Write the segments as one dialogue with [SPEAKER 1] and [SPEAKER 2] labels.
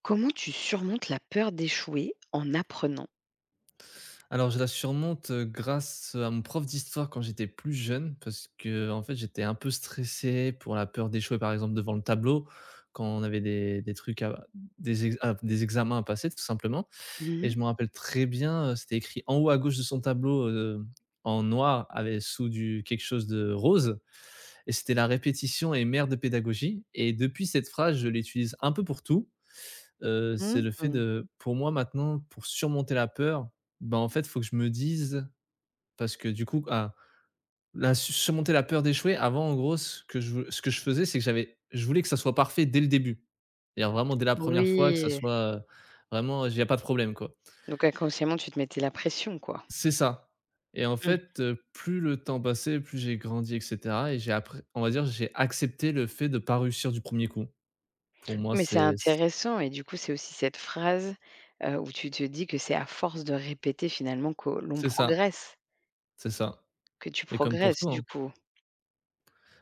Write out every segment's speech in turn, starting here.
[SPEAKER 1] Comment tu surmontes la peur d'échouer en apprenant?
[SPEAKER 2] Alors je la surmonte, grâce à mon prof d'histoire quand j'étais plus jeune parce que en fait, j'étais un peu stressé pour la peur d'échouer, par exemple, devant le tableau quand on avait des trucs à des examens à passer tout simplement.
[SPEAKER 1] Mmh
[SPEAKER 2] Et
[SPEAKER 1] mh.
[SPEAKER 2] je me rappelle très bien, c'était écrit en haut à gauche de son tableau, en noir avec sous du quelque chose de rose. Et c'était la répétition est mère de pédagogie, et depuis cette phrase, je l'utilise un peu pour tout. C'est le fait
[SPEAKER 1] Mmh.
[SPEAKER 2] de pour moi maintenant, pour surmonter la peur, ben en fait, faut que je me dise parce que du coup ah, la su surmonter la peur d'échouer avant, en gros ce que je faisais, c'est que j'avais je voulais que ça soit parfait dès le début. C'est-à-dire vraiment dès la première fois que ça
[SPEAKER 1] Oui,
[SPEAKER 2] soit, vraiment, il y a pas de problème, quoi.
[SPEAKER 1] donc inconsciemment, tu te mettais la pression, quoi.
[SPEAKER 2] C'est ça. Et en
[SPEAKER 1] Mmh.
[SPEAKER 2] fait, plus le temps passait, plus j'ai grandi et cetera, et j'ai après on va dire, j'ai accepté le fait de pas réussir du premier coup. Pour moi,
[SPEAKER 1] Mais c'est intéressant et du coup, c'est aussi cette phrase, où tu te dis que c'est à force de répéter finalement que l'on
[SPEAKER 2] c'est ça,
[SPEAKER 1] progresse,
[SPEAKER 2] c'est ça,
[SPEAKER 1] que tu
[SPEAKER 2] et comme pour
[SPEAKER 1] progresses
[SPEAKER 2] toi,
[SPEAKER 1] du
[SPEAKER 2] hein.
[SPEAKER 1] coup.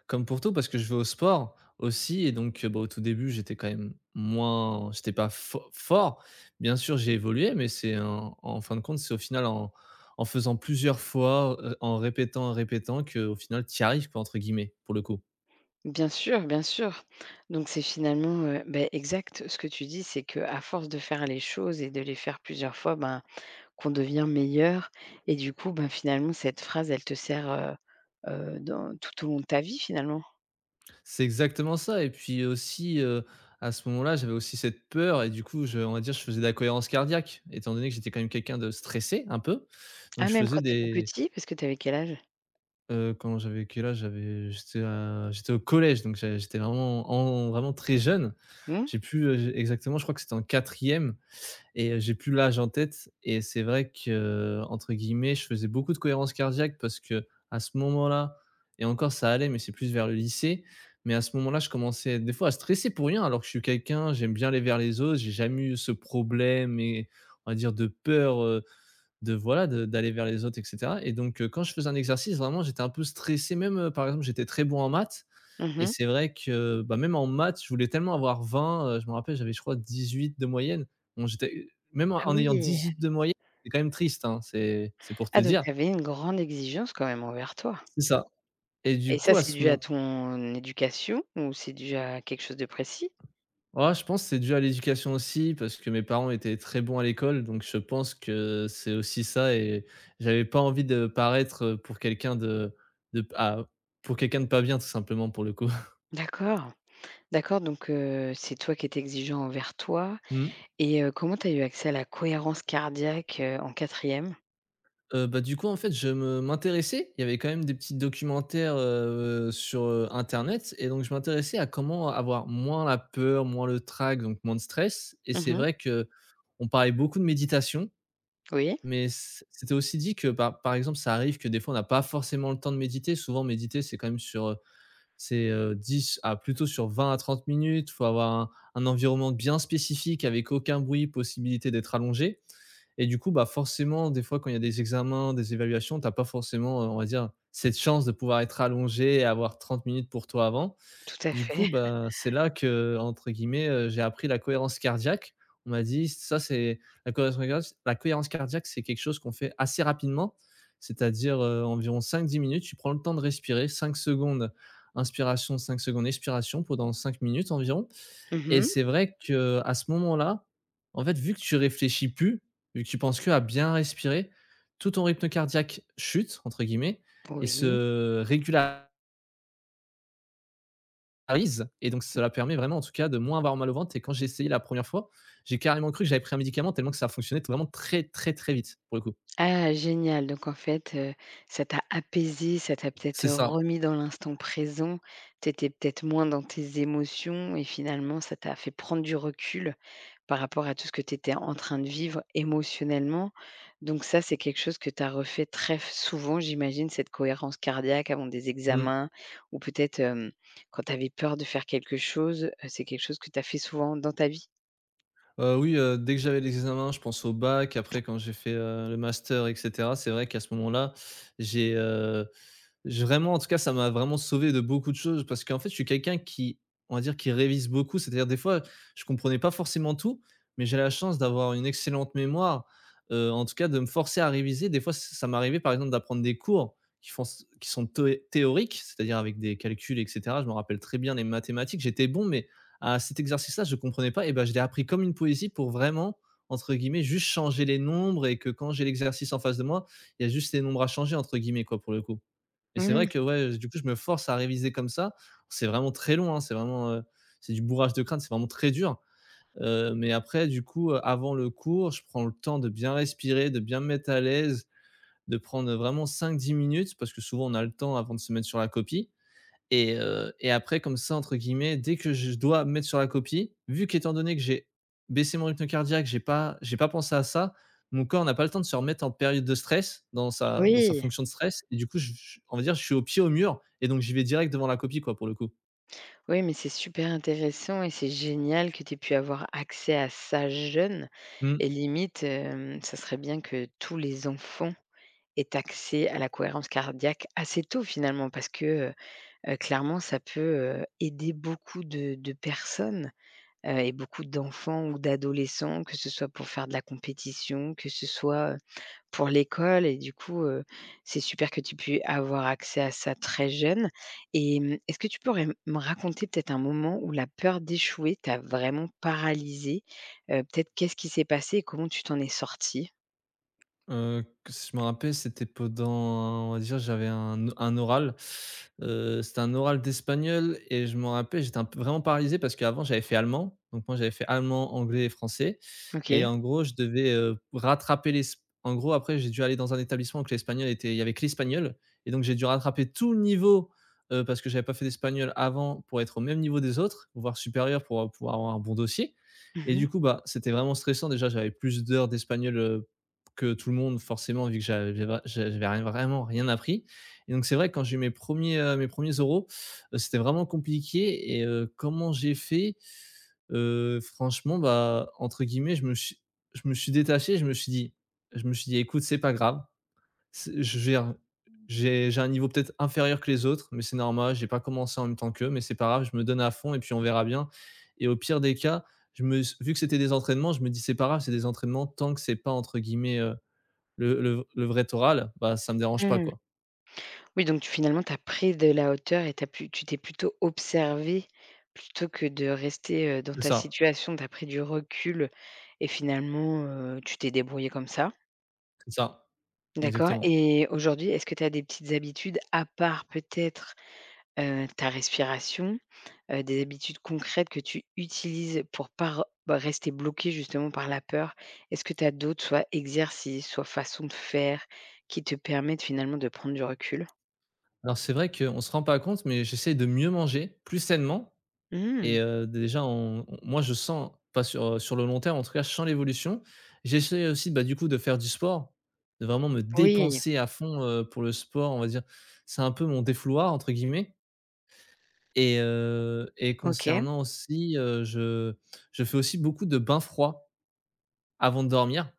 [SPEAKER 2] Comme pour tout, parce que je vais au sport aussi, et donc, bah, au tout début, j'étais quand même moins j'étais pas fo fort. Bien sûr, j'ai évolué, mais c'est en fin de compte, c'est au final en faisant plusieurs fois, en répétant qu'au final «tu y arrives», quoi, entre guillemets, pour le coup.
[SPEAKER 1] Bien sûr, bien sûr. Donc c'est finalement, beh, exact, ce que tu dis, c'est que à force de faire les choses et de les faire plusieurs fois, ben qu'on devient meilleur et du coup, ben, finalement, cette phrase, elle te sert, dans tout au long de ta vie, finalement?
[SPEAKER 2] C'est exactement ça, et puis aussi, à ce moment-là, j'avais aussi cette peur et du coup, je on va dire, je faisais de la cohérence cardiaque, étant donné que j'étais quand même quelqu'un de stressé un peu. Donc
[SPEAKER 1] Ah,
[SPEAKER 2] je
[SPEAKER 1] même
[SPEAKER 2] faisais
[SPEAKER 1] quand tu étais
[SPEAKER 2] des...
[SPEAKER 1] petit? Parce que tu avais quel âge?
[SPEAKER 2] Quand j'avais quel âge? J'étais au collège, donc j'étais vraiment en vraiment très jeune.
[SPEAKER 1] Mmh.
[SPEAKER 2] J'ai plus, j exactement, je crois que c'était en quatrième. Et j'ai plus l'âge en tête, et c'est vrai que entre guillemets, «je faisais beaucoup de cohérence cardiaque» parce que à ce moment-là et encore ça allait, mais c'est plus vers le lycée. Mais à ce moment-là, je commençais des fois à stresser pour rien, alors que je suis quelqu'un, j'aime bien aller vers les autres, j'ai jamais eu ce problème et on va dire de peur, de voilà, de d'aller vers les autres et cetera. Et donc quand je faisais un exercice, vraiment, j'étais un peu stressé, même, par exemple, j'étais très bon en maths. Et
[SPEAKER 1] Mmh.
[SPEAKER 2] c'est vrai que, bah, même en maths, je voulais tellement avoir 20, je me rappelle, j'avais je crois 18 de moyenne. Bon, j'étais même en
[SPEAKER 1] Ah
[SPEAKER 2] en ayant
[SPEAKER 1] oui!
[SPEAKER 2] 18 de moyenne, c'est quand même triste, hein, c'est pour te
[SPEAKER 1] Ah donc
[SPEAKER 2] dire.
[SPEAKER 1] tu avais une grande exigence quand même envers toi?
[SPEAKER 2] C'est ça et
[SPEAKER 1] Et
[SPEAKER 2] du
[SPEAKER 1] ça,
[SPEAKER 2] coup à
[SPEAKER 1] c'est
[SPEAKER 2] ce
[SPEAKER 1] dû à
[SPEAKER 2] mom
[SPEAKER 1] ton éducation ou c'est dû à quelque chose de précis?
[SPEAKER 2] Ouais, je pense que c'est dû à l'éducation aussi parce que mes parents étaient très bons à l'école, donc je pense que c'est aussi ça, et j'avais pas envie de paraître, de ah, pour quelqu'un de pas bien tout simplement, pour le coup.
[SPEAKER 1] D'accord, d'accord donc c'est toi qui étais exigeant envers toi
[SPEAKER 2] Mmh.
[SPEAKER 1] et comment tu as eu accès à la cohérence cardiaque, en quatrième.
[SPEAKER 2] Bah, du coup, en fait, je me m'intéressais, il y avait quand même des petits documentaires, sur, internet, et donc je m'intéressais à comment avoir moins la peur, moins le trac, donc moins de stress, et c'est
[SPEAKER 1] Mhm.
[SPEAKER 2] vrai que on parlait beaucoup de méditation.
[SPEAKER 1] Oui,
[SPEAKER 2] Mais c'était aussi dit que par exemple, ça arrive que des fois on n'a pas forcément le temps de méditer. Souvent méditer, c'est quand même sur, c'est, 10 à plutôt sur 20 à 30 minutes. Il faut avoir un environnement bien spécifique avec aucun bruit, possibilité d'être allongé. Et du coup, bah, forcément des fois quand il y a des examens, des évaluations, tu as pas forcément, on va dire cette chance de pouvoir être allongé et avoir 30 minutes pour toi avant.
[SPEAKER 1] tout à
[SPEAKER 2] Du
[SPEAKER 1] fait.
[SPEAKER 2] coup, bah, c'est là que, entre guillemets, j'ai appris la cohérence cardiaque. On m'a dit: «Ça, c'est la cohérence cardiaque, c'est quelque chose qu'on fait assez rapidement, c'est-à-dire, environ cinq dix minutes, tu prends le temps de respirer, 5 secondes inspiration, 5 secondes expiration pendant 5 minutes environ.» Et
[SPEAKER 1] Mhm.
[SPEAKER 2] c'est vrai qu'à ce moment-là, en fait, vu que tu réfléchis plus, vu que tu penses qu'à bien respirer, tout ton rythme cardiaque «chute», entre guillemets, et
[SPEAKER 1] Oui.
[SPEAKER 2] se régula polarise. Et donc cela permet vraiment en tout cas de moins avoir mal au ventre, et quand j'ai essayé la première fois, j'ai carrément cru que j'avais pris un médicament tellement que ça fonctionnait vraiment très, très, très vite, pour le coup.
[SPEAKER 1] Ah génial, donc en fait, ça t'a apaisé, ça t'a peut-être,
[SPEAKER 2] C'est ça.
[SPEAKER 1] remis dans l'instant présent. Tu étais peut-être moins dans tes émotions et finalement ça t'a fait prendre du recul par rapport à tout ce que tu étais en train de vivre émotionnellement. Donc ça, c'est quelque chose que tu as refait très f souvent j'imagine, cette cohérence cardiaque avant des
[SPEAKER 2] Mmh.
[SPEAKER 1] examens ou peut-être, quand tu avais peur de faire quelque chose, c'est quelque chose que tu as fait souvent dans ta vie?
[SPEAKER 2] Oui, dès que j'avais l'examen, je pense au bac. Après quand j'ai fait, le master et cetera, c'est vrai qu'à ce moment-là, j'ai, heu J'ai vraiment, en tout cas, ça m'a vraiment sauvé de beaucoup de choses parce qu'en fait, je suis quelqu'un qui, on va dire, qui révise beaucoup. C'est-à-dire des fois, je comprenais pas forcément tout, mais j'ai la chance d'avoir une excellente mémoire, en tout cas de me forcer à réviser. Des fois, ç ça m'arrivait par exemple d'apprendre des cours qui font qui sont théoriques, c'est-à-dire avec des calculs et cetera. Je me rappelle très bien les mathématiques, j'étais bon, mais à cet exercice-là, je comprenais pas, et ben je l'ai appris comme une poésie pour vraiment, entre guillemets, «juste changer les nombres», et que quand j'ai l'exercice en face de moi, il y a juste les nombres à changer, entre guillemets, quoi, pour le coup. Et c'est vrai
[SPEAKER 1] Mmh,
[SPEAKER 2] que ouais, du coup, je me force à réviser comme ça. C'est vraiment très long, hein, c'est vraiment, c'est du bourrage de crâne, c'est vraiment très dur. Mais après du coup, avant le cours, je prends le temps de bien respirer, de bien me mettre à l'aise, de prendre vraiment cinq dix minutes parce que souvent on a le temps avant de se mettre sur la copie. Et après comme ça, entre guillemets, dès que je dois me mettre sur la copie, vu qu'étant donné que j'ai baissé mon rythme cardiaque, j'ai pas pensé à ça, mon corps n'a pas le temps de se remettre en période de stress, dans sa
[SPEAKER 1] oui.
[SPEAKER 2] fonction de stress, et du coup, je on va dire, je suis au pied au mur, et donc j'y vais direct devant la copie, quoi, pour le coup.
[SPEAKER 1] Oui, mais c'est super intéressant et c'est génial que tu aies pu avoir accès à ça jeune
[SPEAKER 2] Mmh.
[SPEAKER 1] et limite, ça serait bien que tous les enfants aient accès à la cohérence cardiaque assez tôt finalement parce que, clairement ça peut, aider beaucoup de personnes, et beaucoup d'enfants ou d'adolescents, que ce soit pour faire de la compétition, que ce soit, pour l'école et du coup, c'est super que tu aies pu avoir accès à ça très jeune et est-ce que tu pourrais m me raconter peut-être un moment où la peur d'échouer t'a vraiment paralysée? Peut-être qu'est-ce qui s'est passé et comment tu t'en es sortie?
[SPEAKER 2] Que si je me rappelle, c'était pendant on va dire, j'avais un oral, c'était un oral d'espagnol et je me rappelle, j'étais un peu vraiment paralysé parce qu'avant j'avais fait allemand, donc moi j'avais fait allemand, anglais et français, et
[SPEAKER 1] OK.
[SPEAKER 2] en gros je devais, rattraper les. En gros après j'ai dû aller dans un établissement où que l'espagnol était il y avait que l'espagnol, et donc j'ai dû rattraper tout le niveau, parce que j'avais pas fait d'espagnol avant pour être au même niveau des autres, voire supérieur pour pouvoir avoir un bon dossier. Et
[SPEAKER 1] Mmh mh.
[SPEAKER 2] du coup, bah, c'était vraiment stressant, déjà, j'avais plus d'heures d'espagnol, que tout le monde forcément vu que j'avais rien vraiment rien appris. Et donc c'est vrai quand j'ai eu mes premiers ers euros, c'était vraiment compliqué. Et comment j'ai fait? Franchement, bah, entre guillemets, je me suis détaché, je me suis dit: «Écoute, c'est pas grave, c'est je gère, j'ai un niveau peut-être inférieur que les autres, mais c'est normal, j'ai pas commencé en même temps qu'eux, mais c'est pas grave, je me donne à fond et puis on verra bien», et au pire des cas, je me vu que c'était des entraînements, je me dis: «C'est pas grave, c'est des entraînements tant que c'est pas, entre guillemets, le vrai oral, bah, ça me dérange pas,
[SPEAKER 1] Mmh.
[SPEAKER 2] quoi.»
[SPEAKER 1] Oui, donc tu finalement, tu as pris de la hauteur et t'as pu tu t'es plutôt observé plutôt que de rester, dans
[SPEAKER 2] C'est
[SPEAKER 1] ta
[SPEAKER 2] ça,
[SPEAKER 1] situation. Tu as pris du recul et finalement, tu t'es débrouillé comme ça.
[SPEAKER 2] c'est ça,
[SPEAKER 1] D'accord
[SPEAKER 2] exactement.
[SPEAKER 1] et aujourd'hui, est-ce que tu as des petites habitudes à part peut-être, ta respiration, des habitudes concrètes que tu utilises pour pas re bah, rester bloqué justement par la peur? Est-ce que tu as d'autres, soit exercices, soit façons de faire qui te permettent finalement de prendre du recul?
[SPEAKER 2] Alors c'est vrai qu'on se rend pas compte, mais j'essaie de mieux manger, plus sainement,
[SPEAKER 1] Mmh,
[SPEAKER 2] et déjà on moi je sens, pas sur, sur le long terme en tout cas, je sens l'évolution. J'essaie aussi, bah, du coup de faire du sport, de vraiment me
[SPEAKER 1] oui,
[SPEAKER 2] dépenser à fond, pour le sport, on va dire. C'est un peu mon «défouloir», entre guillemets, et
[SPEAKER 1] OK.
[SPEAKER 2] concernant aussi, je fais aussi beaucoup de bains froids avant de dormir.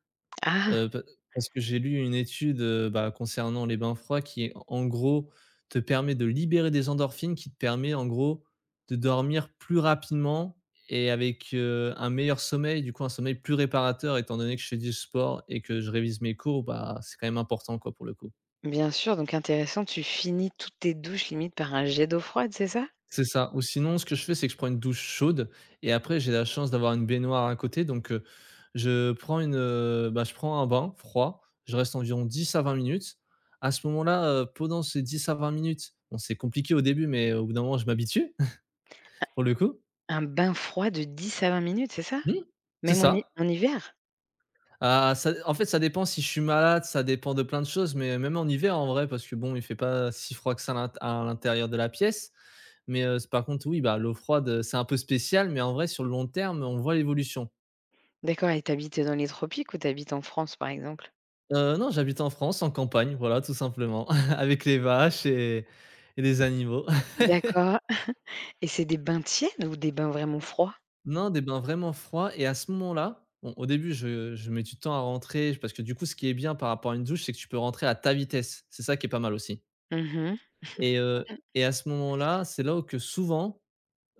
[SPEAKER 1] Ah!
[SPEAKER 2] Pa parce que j'ai lu une étude, bah, concernant les bains froids qui, en gros, te permet de libérer des endorphines qui te permet, en gros, de dormir plus rapidement et avec, un meilleur sommeil, du coup, un sommeil plus réparateur étant donné que je fais du sport et que je révise mes cours, bah, c'est quand même important, quoi, pour le coup.
[SPEAKER 1] Bien sûr, donc intéressant, tu finis toutes tes douches limite par un jet d'eau froide, c'est ça?
[SPEAKER 2] C'est ça ou sinon ce que je fais, c'est que je prends une douche chaude et après j'ai la chance d'avoir une baignoire à côté donc je prends bah, je prends un bain froid, je reste environ 10 à 20 minutes. À ce moment-là, pendant ces 10 à 20 minutes, bon c'est compliqué au début mais au bout d'un moment je m'habitue pour le coup.
[SPEAKER 1] Un bain froid de 10 à 20 minutes, c'est ça?
[SPEAKER 2] Mmh, c'est
[SPEAKER 1] Même
[SPEAKER 2] ça.
[SPEAKER 1] en hiver?
[SPEAKER 2] Ah, ça en fait, ça dépend si je suis malade, ça dépend de plein de choses, mais même en hiver, en vrai, parce que bon, il fait pas si froid que ça à l'int à l'intérieur de la pièce. Mais, par contre, oui, bah, l'eau froide, c'est un peu spécial, mais en vrai, sur le long terme, on voit l'évolution.
[SPEAKER 1] D'accord et t'habites dans les tropiques ou t'habites en France, par exemple?
[SPEAKER 2] Non, j'habite en France, en campagne, voilà, tout simplement, avec les vaches et les animaux.
[SPEAKER 1] D'accord et c'est des bains tièdes ou des bains vraiment froids?
[SPEAKER 2] Non, des bains vraiment froids et à ce moment-là, bon, au début, je mets du temps à rentrer, parce que du coup, ce qui est bien par rapport à une douche, c'est que tu peux rentrer à ta vitesse. C'est ça qui est pas mal aussi.
[SPEAKER 1] Mmh mh.
[SPEAKER 2] Et et à ce moment-là, c'est là où que souvent,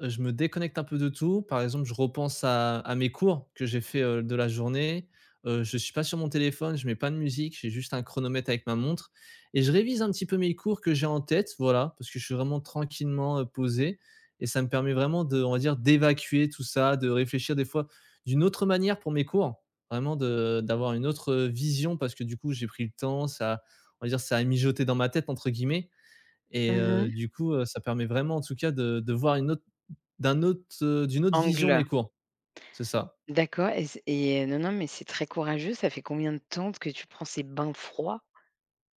[SPEAKER 2] je me déconnecte un peu de tout. Par exemple, je repense à mes cours que j'ai fait, de la journée, je suis pas sur mon téléphone, je mets pas de musique, j'ai juste un chronomètre avec ma montre et je révise un petit peu mes cours que j'ai en tête, voilà, parce que je suis vraiment tranquillement, posé et ça me permet vraiment de on va dire d'évacuer tout ça, de réfléchir des fois d'une autre manière pour mes cours. Vraiment de d'avoir une autre, vision parce que du coup, j'ai pris le temps, ça on va dire ça a mijoté dans ma tête entre guillemets et
[SPEAKER 1] Mmh.
[SPEAKER 2] du coup, ça permet vraiment en tout cas de voir une autre d'un autre, d'une autre vision mes
[SPEAKER 1] Angles.
[SPEAKER 2] cours. C'est ça.
[SPEAKER 1] D'accord et c et non, non, mais c'est très courageux. Ça fait combien de temps que tu prends ces bains froids?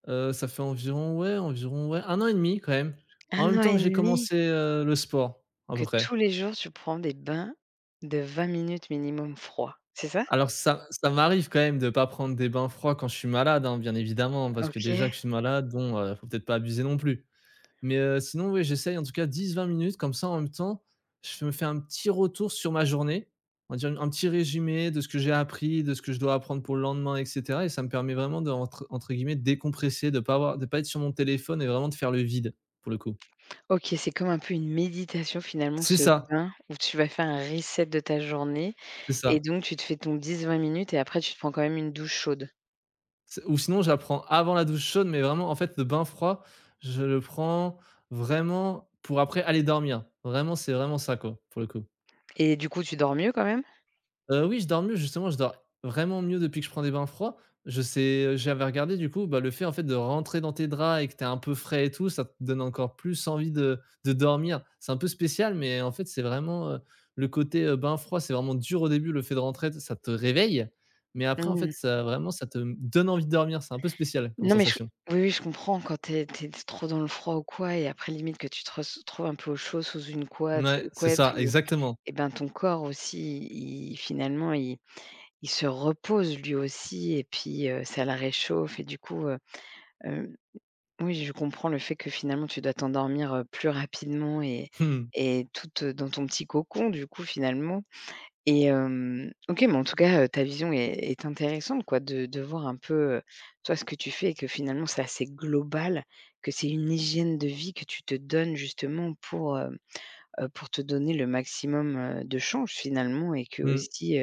[SPEAKER 2] Ça fait environ, ouais, un an et demi quand même. En
[SPEAKER 1] Un
[SPEAKER 2] même
[SPEAKER 1] an
[SPEAKER 2] temps que
[SPEAKER 1] et
[SPEAKER 2] j'ai
[SPEAKER 1] demi?
[SPEAKER 2] commencé, le sport, à peu
[SPEAKER 1] Que
[SPEAKER 2] près.
[SPEAKER 1] tous les jours tu prends des bains de 20 minutes minimum froids, c'est ça?
[SPEAKER 2] Alors ça m'arrive quand même de pas prendre des bains froids quand je suis malade, hein, bien évidemment, parce que déjà
[SPEAKER 1] OK.
[SPEAKER 2] que je suis malade, bon, faut peut-être pas abuser non plus. Mais sinon, oui, j'essaye en tout cas dix vingt minutes comme ça, en même temps, je me fais un petit retour sur ma journée. On va dire un petit résumé de ce que j'ai appris, de ce que je dois apprendre pour le lendemain et cetera et ça me permet vraiment de entre guillemets «décompresser», de ne pas avoir de pas être sur mon téléphone et vraiment de faire le vide, pour le coup.
[SPEAKER 1] OK, c'est comme un peu une méditation finalement
[SPEAKER 2] C'est
[SPEAKER 1] ce
[SPEAKER 2] ça,
[SPEAKER 1] bain où tu vas faire un reset de ta journée
[SPEAKER 2] c'est
[SPEAKER 1] et
[SPEAKER 2] ça.
[SPEAKER 1] donc tu te fais ton dix vingt minutes et après tu te prends quand même une douche chaude.
[SPEAKER 2] C'est ou sinon j'apprends avant la douche chaude, mais vraiment, en fait, le bain froid, je le prends vraiment pour après aller dormir. Vraiment, c'est vraiment ça, quoi, pour le coup.
[SPEAKER 1] Et du coup, tu dors mieux quand même?
[SPEAKER 2] Oui, je dors mieux, justement, je dors vraiment mieux depuis que je prends des bains froids. Je sais j'avais regardé, du coup, bah, le fait, en fait, de rentrer dans tes draps et que tu es un peu frais et tout, ça te donne encore plus envie de dormir. C'est un peu spécial, mais en fait, c'est vraiment, le côté, bain froid, c'est vraiment dur au début, le fait de rentrer, ça te réveille, mais après, en fait,
[SPEAKER 1] Mmh.
[SPEAKER 2] ça vraiment, ça te donne envie de dormir. C'est un peu spécial comme
[SPEAKER 1] Non, mais je
[SPEAKER 2] sensation.
[SPEAKER 1] oui, oui, je comprends quand tu es trop dans le froid ou quoi et après limite que tu te retrouves un peu au chaud sous une
[SPEAKER 2] Mouais, c'est
[SPEAKER 1] couette
[SPEAKER 2] ça,
[SPEAKER 1] ou
[SPEAKER 2] exactement.
[SPEAKER 1] et ben, ton corps aussi, il finalement, il se repose lui aussi et puis, ça le réchauffe et du coup. Hem Oui, je comprends le fait que finalement tu dois t'endormir, plus rapidement et
[SPEAKER 2] Mmh.
[SPEAKER 1] et toute, dans ton petit cocon du coup finalement et OK, mais en tout cas, ta vision est intéressante quoi de voir un peu, toi ce que tu fais et que finalement c'est assez global, que c'est une hygiène de vie que tu te donnes justement pour te donner le maximum, de change finalement et que
[SPEAKER 2] Mmh.
[SPEAKER 1] aussi,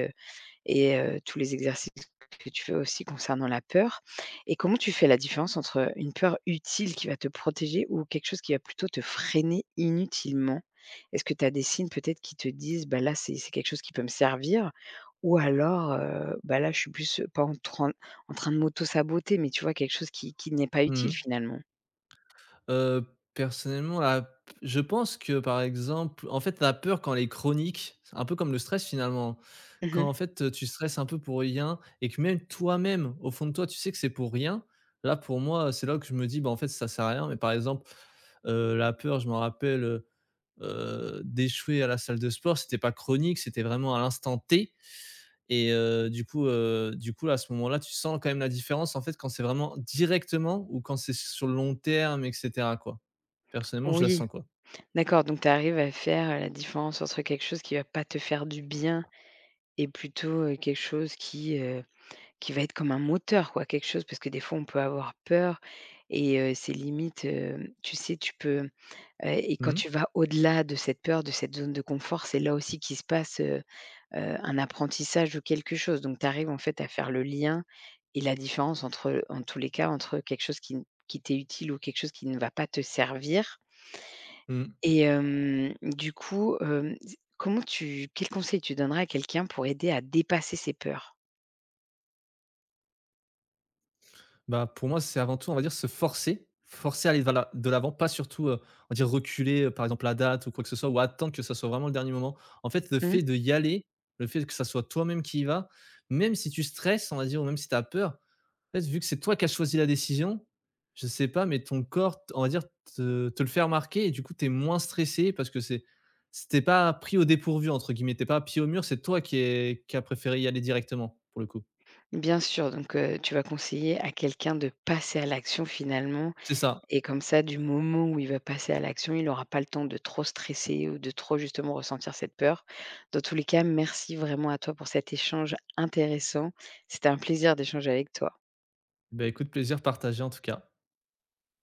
[SPEAKER 1] et tous les exercices que tu fais aussi concernant la peur et comment tu fais la différence entre une peur utile qui va te protéger ou quelque chose qui va plutôt te freiner inutilement? Est-ce que tu as des signes peut-être qui te disent: «Bah, là, c'est quelque chose qui peut me servir» ou alors, bah, là, je suis plus, pas en train de m'auto-saboter, mais tu vois, quelque chose qui n'est pas
[SPEAKER 2] Mmh
[SPEAKER 1] utile
[SPEAKER 2] mh.
[SPEAKER 1] finalement?
[SPEAKER 2] Heu, personnellement, la je pense que, par exemple, en fait, la peur quand elle est chronique, c'est un peu comme le stress, finalement. Quand,
[SPEAKER 1] Mmh.
[SPEAKER 2] en fait, tu stresses un peu pour rien et que même toi-même, au fond de toi, tu sais que c'est pour rien, là, pour moi, c'est là que je me dis: «Bah, en fait, ça sert à rien». Mais par exemple, la peur, je me rappelle, d'échouer à la salle de sport, c'était pas chronique, c'était vraiment à l'instant T. Et du coup, à ce moment-là, tu sens quand même la différence, en fait, quand c'est vraiment directement ou quand c'est sur le long terme et cetera, quoi. Personnellement, je la
[SPEAKER 1] Oui,
[SPEAKER 2] sens, quoi.
[SPEAKER 1] d'accord, donc tu arrives à faire, la différence entre quelque chose qui va pas te faire du bien et plutôt, quelque chose qui va être comme un moteur quoi, quelque chose parce que des fois on peut avoir peur et c'est limite, tu sais, tu peux, et
[SPEAKER 2] Mmh
[SPEAKER 1] quand
[SPEAKER 2] mh.
[SPEAKER 1] tu vas au-delà de cette peur, de cette zone de confort, c'est là aussi qu'il se passe, un apprentissage ou quelque chose. Donc tu arrives en fait à faire le lien et la différence entre en tous les cas, entre quelque chose qui t'est utile ou quelque chose qui ne va pas te servir
[SPEAKER 2] Mmh.
[SPEAKER 1] et du coup, comment tu quel conseil tu donnerais à quelqu'un pour aider à dépasser ses peurs?
[SPEAKER 2] Bah, pour moi, c'est avant tout, on va dire, se forcer, forcer à aller vers la de l'avant, pas surtout, on va dire reculer, par exemple la date ou quoi que ce soit ou attendre que ça soit vraiment le dernier moment. En fait, le
[SPEAKER 1] Mmh.
[SPEAKER 2] fait de y aller, le fait que ça soit toi-même qui y va, même si tu stresses, on va dire, ou même si tu as peur, en fait, vu que c'est toi qui as choisi la décision, je sais pas, mais ton corps, on va dire, te le fait remarquer et du coup, tu es moins stressé parce que c'est c'était pas pris au dépourvu, entre guillemets. T'es pas pied au mur, c'est toi qui a préféré y aller directement, pour le coup.
[SPEAKER 1] Bien sûr, donc tu vas conseiller à quelqu'un de passer à l'action finalement
[SPEAKER 2] C'est ça.
[SPEAKER 1] et comme ça, du moment où il va passer à l'action, il n'aura pas le temps de trop stresser ou de trop justement ressentir cette peur. Dans tous les cas, merci vraiment à toi pour cet échange intéressant. C'était un plaisir d'échanger avec toi.
[SPEAKER 2] Ben, écoute, plaisir partagé en tout cas.